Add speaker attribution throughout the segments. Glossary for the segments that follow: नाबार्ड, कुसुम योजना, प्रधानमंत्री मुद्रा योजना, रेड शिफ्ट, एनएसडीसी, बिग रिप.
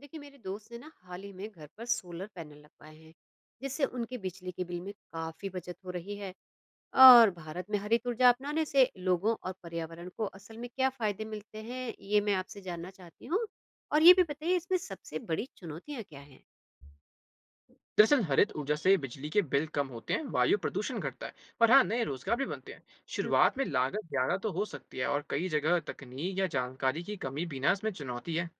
Speaker 1: देखिए मेरे दोस्त ने ना हाल ही में घर पर सोलर पैनल लगवाए हैं जिससे उनके बिजली के बिल में काफी बचत हो रही है। और भारत में हरित ऊर्जा अपनाने से लोगों और पर्यावरण को असल में क्या फायदे मिलते हैं ये मैं आपसे जानना चाहती हूँ। और ये भी बताइए इसमें सबसे बड़ी चुनौतियाँ क्या हैं।
Speaker 2: दरअसल हरित ऊर्जा से बिजली के बिल कम होते हैं, वायु प्रदूषण घटता है। और हाँ, नए रोजगार भी बनते हैं।
Speaker 1: हम्म।
Speaker 2: शुरुआत में लागत ज्यादा तो हो सकती है, और कई जगह तकनीक या जानकारी की कमी बिना इसमें चुनौती है।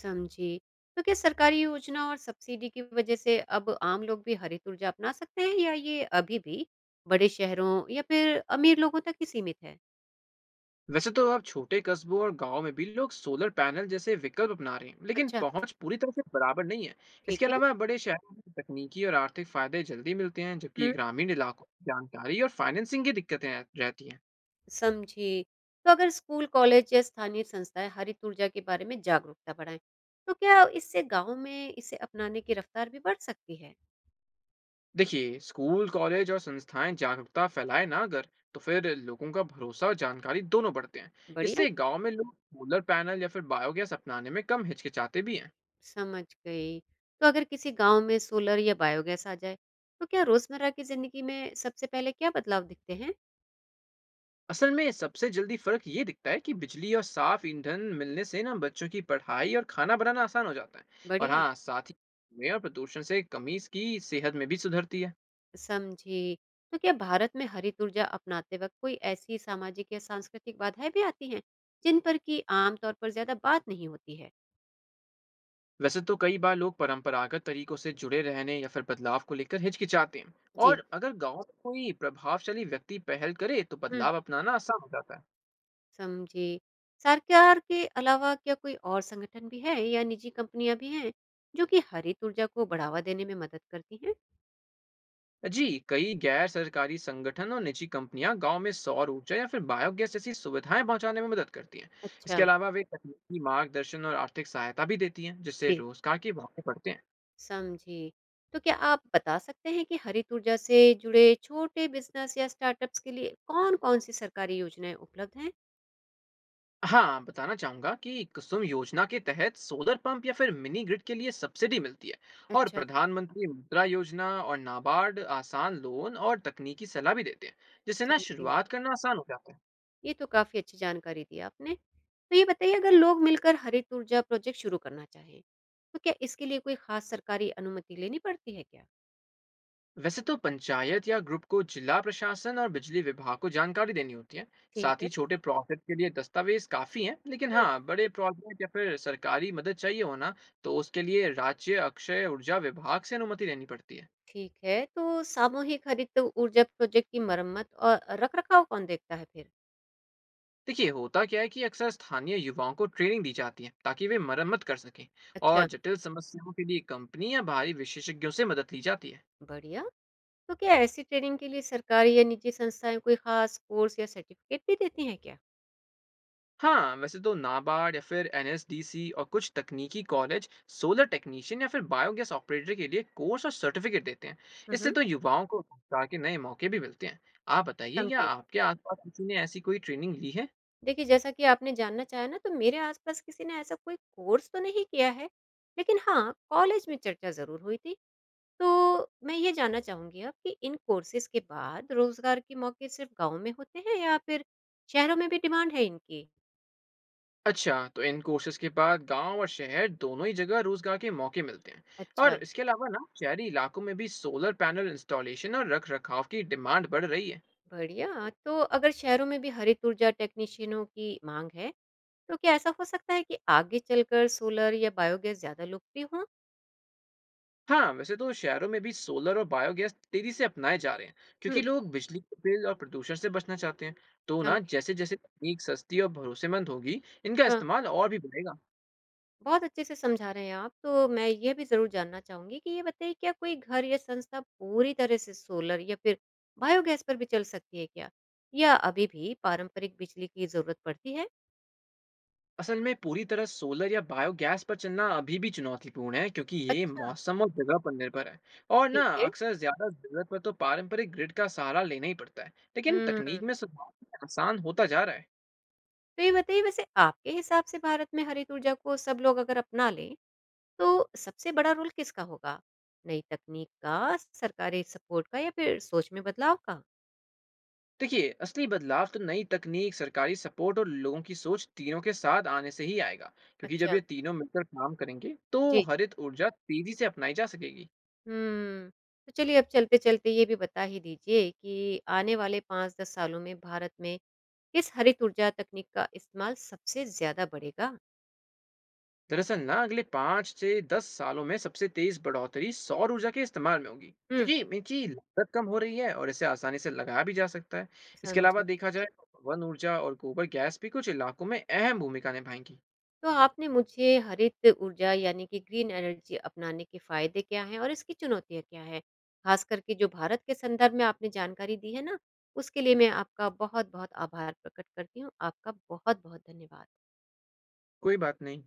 Speaker 1: समझी। तो क्या सरकारी योजना और सब्सिडी की वजह से अब आम लोग भी हरित ऊर्जा अपना सकते हैं या ये अभी भी बड़े शहरों या फिर अमीर लोगों तक ही सीमित है?
Speaker 2: वैसे तो अब छोटे कस्बों और गांव में भी लोग सोलर पैनल जैसे विकल्प अपना रहे हैं, लेकिन
Speaker 1: अच्छा।
Speaker 2: पहुंच पूरी तरह से बराबर नहीं है। इसके
Speaker 1: ठीक
Speaker 2: अलावा बड़े शहरों में तकनीकी और आर्थिक फायदे जल्दी मिलते हैं, जबकि
Speaker 1: है।
Speaker 2: ग्रामीण इलाकों में जानकारी और फाइनेंसिंग की दिक्कतें रहती हैं।
Speaker 1: समझी। तो अगर स्कूल, कॉलेज या स्थानीय संस्थाएँ हरित ऊर्जा के बारे में जागरूकता बढ़ाएँ, तो क्या इससे गाँव में इसे अपनाने की रफ्तार भी बढ़ सकती है?
Speaker 2: देखिए, स्कूल कॉलेज और संस्थाएं जागरूकता फैलाए ना अगर, तो फिर लोगों का भरोसा और जानकारी दोनों बढ़ते हैं।
Speaker 1: बढ़िया।
Speaker 2: इससे गांव में लोग सोलर पैनल या फिर बायोगैस अपनाने में कम हिचकिचाते भी हैं।
Speaker 1: समझ गई। तो अगर किसी गांव में सोलर या बायोगैस आ जाए, तो क्या रोजमर्रा की जिंदगी में सबसे पहले क्या बदलाव दिखते हैं?
Speaker 2: असल में सबसे जल्दी फर्क ये दिखता है कि बिजली और साफ ईंधन मिलने से ना बच्चों की पढ़ाई और खाना बनाना आसान हो जाता है। और
Speaker 1: बढ़िया।
Speaker 2: हाँ, साथ ही धुएं और प्रदूषण से कमी की सेहत में भी सुधरती है।
Speaker 1: समझी। तो क्या भारत में हरित ऊर्जा अपनाते वक्त कोई ऐसी सामाजिक या सांस्कृतिक बाधाएं भी आती हैं, जिन पर कि आमतौर पर ज्यादा बात नहीं होती है?
Speaker 2: वैसे तो कई बार लोग परंपरागत तरीकों से जुड़े रहने या फिर बदलाव को लेकर हिचकिचाते हैं।
Speaker 1: जी।
Speaker 2: और अगर गांव में कोई प्रभावशाली व्यक्ति पहल करे, तो बदलाव अपनाना आसान हो जाता है।
Speaker 1: समझी। सरकार के अलावा क्या कोई और संगठन भी है या निजी कंपनियां भी हैं जो कि हरित ऊर्जा को बढ़ावा देने में मदद करती हैं?
Speaker 2: जी, कई गैर सरकारी संगठन और निजी कंपनियां गांव में सौर ऊर्जा या फिर बायोगैस जैसी सुविधाएं पहुंचाने में मदद करती हैं।
Speaker 1: अच्छा।
Speaker 2: इसके अलावा वे तकनीकी मार्गदर्शन और आर्थिक सहायता भी देती हैं, जिससे
Speaker 1: जी।
Speaker 2: रोजगार के मौके बढ़ते हैं।
Speaker 1: समझी। तो क्या आप बता सकते हैं कि हरित ऊर्जा से जुड़े छोटे बिजनेस या स्टार्टअप्स के लिए कौन-कौन सी सरकारी योजनाएं उपलब्ध हैं?
Speaker 2: हाँ, बताना चाहूँगा कि कुसुम योजना के तहत सोलर पंप या फिर मिनी ग्रिड के लिए सब्सिडी मिलती है। और
Speaker 1: अच्छा।
Speaker 2: प्रधानमंत्री मुद्रा योजना और नाबार्ड आसान लोन और तकनीकी सलाह भी देते हैं, जिससे ना
Speaker 1: समझी।
Speaker 2: शुरुआत करना आसान हो जाता है।
Speaker 1: ये तो काफी अच्छी जानकारी दी आपने। तो ये बताइए अगर लोग मिलकर हरित ऊर्जा प्रोजेक्ट शुरू करना चाहें तो क्या इसके लिए कोई खास सरकारी अनुमति लेनी पड़ती है क्या?
Speaker 2: वैसे तो पंचायत या ग्रुप को जिला प्रशासन और बिजली विभाग को जानकारी देनी होती है।
Speaker 1: ठीक
Speaker 2: साथ ही
Speaker 1: है।
Speaker 2: छोटे प्रोजेक्ट के लिए दस्तावेज काफी हैं, लेकिन हाँ बड़े प्रोजेक्ट या फिर सरकारी मदद चाहिए होना, तो उसके लिए राज्य अक्षय ऊर्जा विभाग से अनुमति लेनी पड़ती है।
Speaker 1: ठीक है। तो सामूहिक हरित ऊर्जा प्रोजेक्ट की मरम्मत और रखरखाव कौन देखता है फिर?
Speaker 2: देखिए, होता क्या है कि अक्सर स्थानीय युवाओं को ट्रेनिंग दी जाती है, ताकि वे मरम्मत कर सकें। और
Speaker 1: अच्छा।
Speaker 2: जटिल समस्याओं के लिए कंपनी या बाहरी विशेषज्ञों से मदद ली जाती है।
Speaker 1: बढ़िया। तो क्या ऐसी ट्रेनिंग के लिए सरकारी या निजी संस्थाएं कोई खास कोर्स या सर्टिफिकेट भी देती हैं क्या?
Speaker 2: हाँ, वैसे तो नाबार्ड या फिर एनएसडीसी और कुछ तकनीकी कॉलेज सोलर टेक्नीशियन या फिर बायोगैस ऑपरेटर के लिए कोर्स और सर्टिफिकेट देते हैं। इससे
Speaker 1: हम्म।
Speaker 2: तो युवाओं को रोजगार के नए मौके भी मिलते हैं। आप बताइए, क्या
Speaker 1: समझी।
Speaker 2: आपके आसपास किसी ने ऐसी कोई ट्रेनिंग ली है?
Speaker 1: देखिए, जैसा कि आपने जानना चाहा ना, तो मेरे आसपास किसी ने ऐसा कोई कोर्स तो नहीं किया है, लेकिन हाँ, कॉलेज में चर्चा जरूर हुई थी। तो मैं ये जानना चाहूंगी अब कि इन कोर्सेज के बाद रोजगार के मौके सिर्फ गांव में होते हैं या फिर शहरों में भी डिमांड है इनकी?
Speaker 2: अच्छा, तो इन कोर्सेज के बाद गांव और शहर दोनों ही जगह रोजगार के मौके मिलते हैं। और
Speaker 1: अच्छा।
Speaker 2: इसके अलावा ना शहरी इलाकों में भी सोलर पैनल इंस्टॉलेशन और रख रखाव की डिमांड बढ़ रही है।
Speaker 1: बढ़िया। तो अगर शहरों में भी हरित ऊर्जा टेक्नीशियनों की मांग है तो क्या ऐसा हो सकता है कि आगे चलकर सोलर या बायोगैस ज्यादा लोकप्रिय हो।
Speaker 2: हाँ, वैसे तो शहरों में भी सोलर और बायोगैस तेजी से अपनाए जा रहे हैं, क्योंकि
Speaker 1: हम्म।
Speaker 2: लोग बिजली के बिल और प्रदूषण से बचना चाहते हैं। तो ना
Speaker 1: समझे।
Speaker 2: जैसे जैसे तकनीक सस्ती और भरोसेमंद होगी, इनका
Speaker 1: हाँ।
Speaker 2: इस्तेमाल और भी बढ़ेगा।
Speaker 1: बहुत अच्छे से समझा रहे हैं आप, तो मैं ये भी जरूर जानना चाहूंगी कि ये बताइए, क्या कोई घर या संस्था पूरी तरह से सोलर या फिर बायोगैस पर भी चल सकती है क्या, या अभी भी पारंपरिक बिजली की जरूरत पड़ती है?
Speaker 2: असल में पूरी तरह सोलर या बायोगैस पर चलना अभी भी चुनौतीपूर्ण है, क्योंकि ये
Speaker 1: अच्छा।
Speaker 2: मौसम और जगह पर निर्भर है। और ना
Speaker 1: ठीक है।
Speaker 2: अक्सर ज्यादा जरूरत पर तो पारंपरिक ग्रिड का सहारा लेना ही पड़ता है, लेकिन
Speaker 1: हम्म।
Speaker 2: तकनीक में सुधार आसान होता जा रहा है।
Speaker 1: तो ये बताइए, वैसे आपके हिसाब से भारत में हरित ऊर्जा को सब लोग अगर अपना लें तो सबसे बड़ा रोल किसका होगा? नई तकनीक का, सरकारी सपोर्ट का या फिर सोच में बदलाव का?
Speaker 2: देखिए, असली बदलाव तो नई तकनीक, सरकारी सपोर्ट और लोगों की सोच तीनों के साथ आने से ही आएगा। क्योंकि जब
Speaker 1: अच्छा।
Speaker 2: ये तीनों मिलकर काम करेंगे, तो
Speaker 1: जी।
Speaker 2: हरित ऊर्जा तेजी से अपनाई जा सकेगी।
Speaker 1: हम्म। तो चलिए, अब चलते-चलते ये भी बता ही दीजिए कि आने वाले 5-10 सालों में भारत में किस हरित ऊर्जा तकनीक का इस्तेमाल सबसे ज्यादा बढ़ेगा?
Speaker 2: दरअसल ना अगले 5 से 10 सालों में सबसे तेज बढ़ोतरी सौर ऊर्जा के इस्तेमाल में होगी,
Speaker 1: हम्म।
Speaker 2: क्योंकि इनकी लागत कम हो रही है और इसे आसानी से लगाया भी जा सकता है। इसके अलावा
Speaker 1: समझी।
Speaker 2: देखा जाए तो वन ऊर्जा और गोबर गैस भी कुछ इलाकों में अहम भूमिका निभाएंगी।
Speaker 1: तो आपने मुझे हरित ऊर्जा यानी कि ग्रीन एनर्जी अपनाने के फायदे क्या हैं और इसकी चुनौतियाँ क्या हैं, खास करके जो भारत के संदर्भ में आपने जानकारी दी है ना, उसके लिए मैं आपका बहुत बहुत आभार प्रकट करती हूँ। आपका बहुत बहुत धन्यवाद।
Speaker 2: कोई बात नहीं।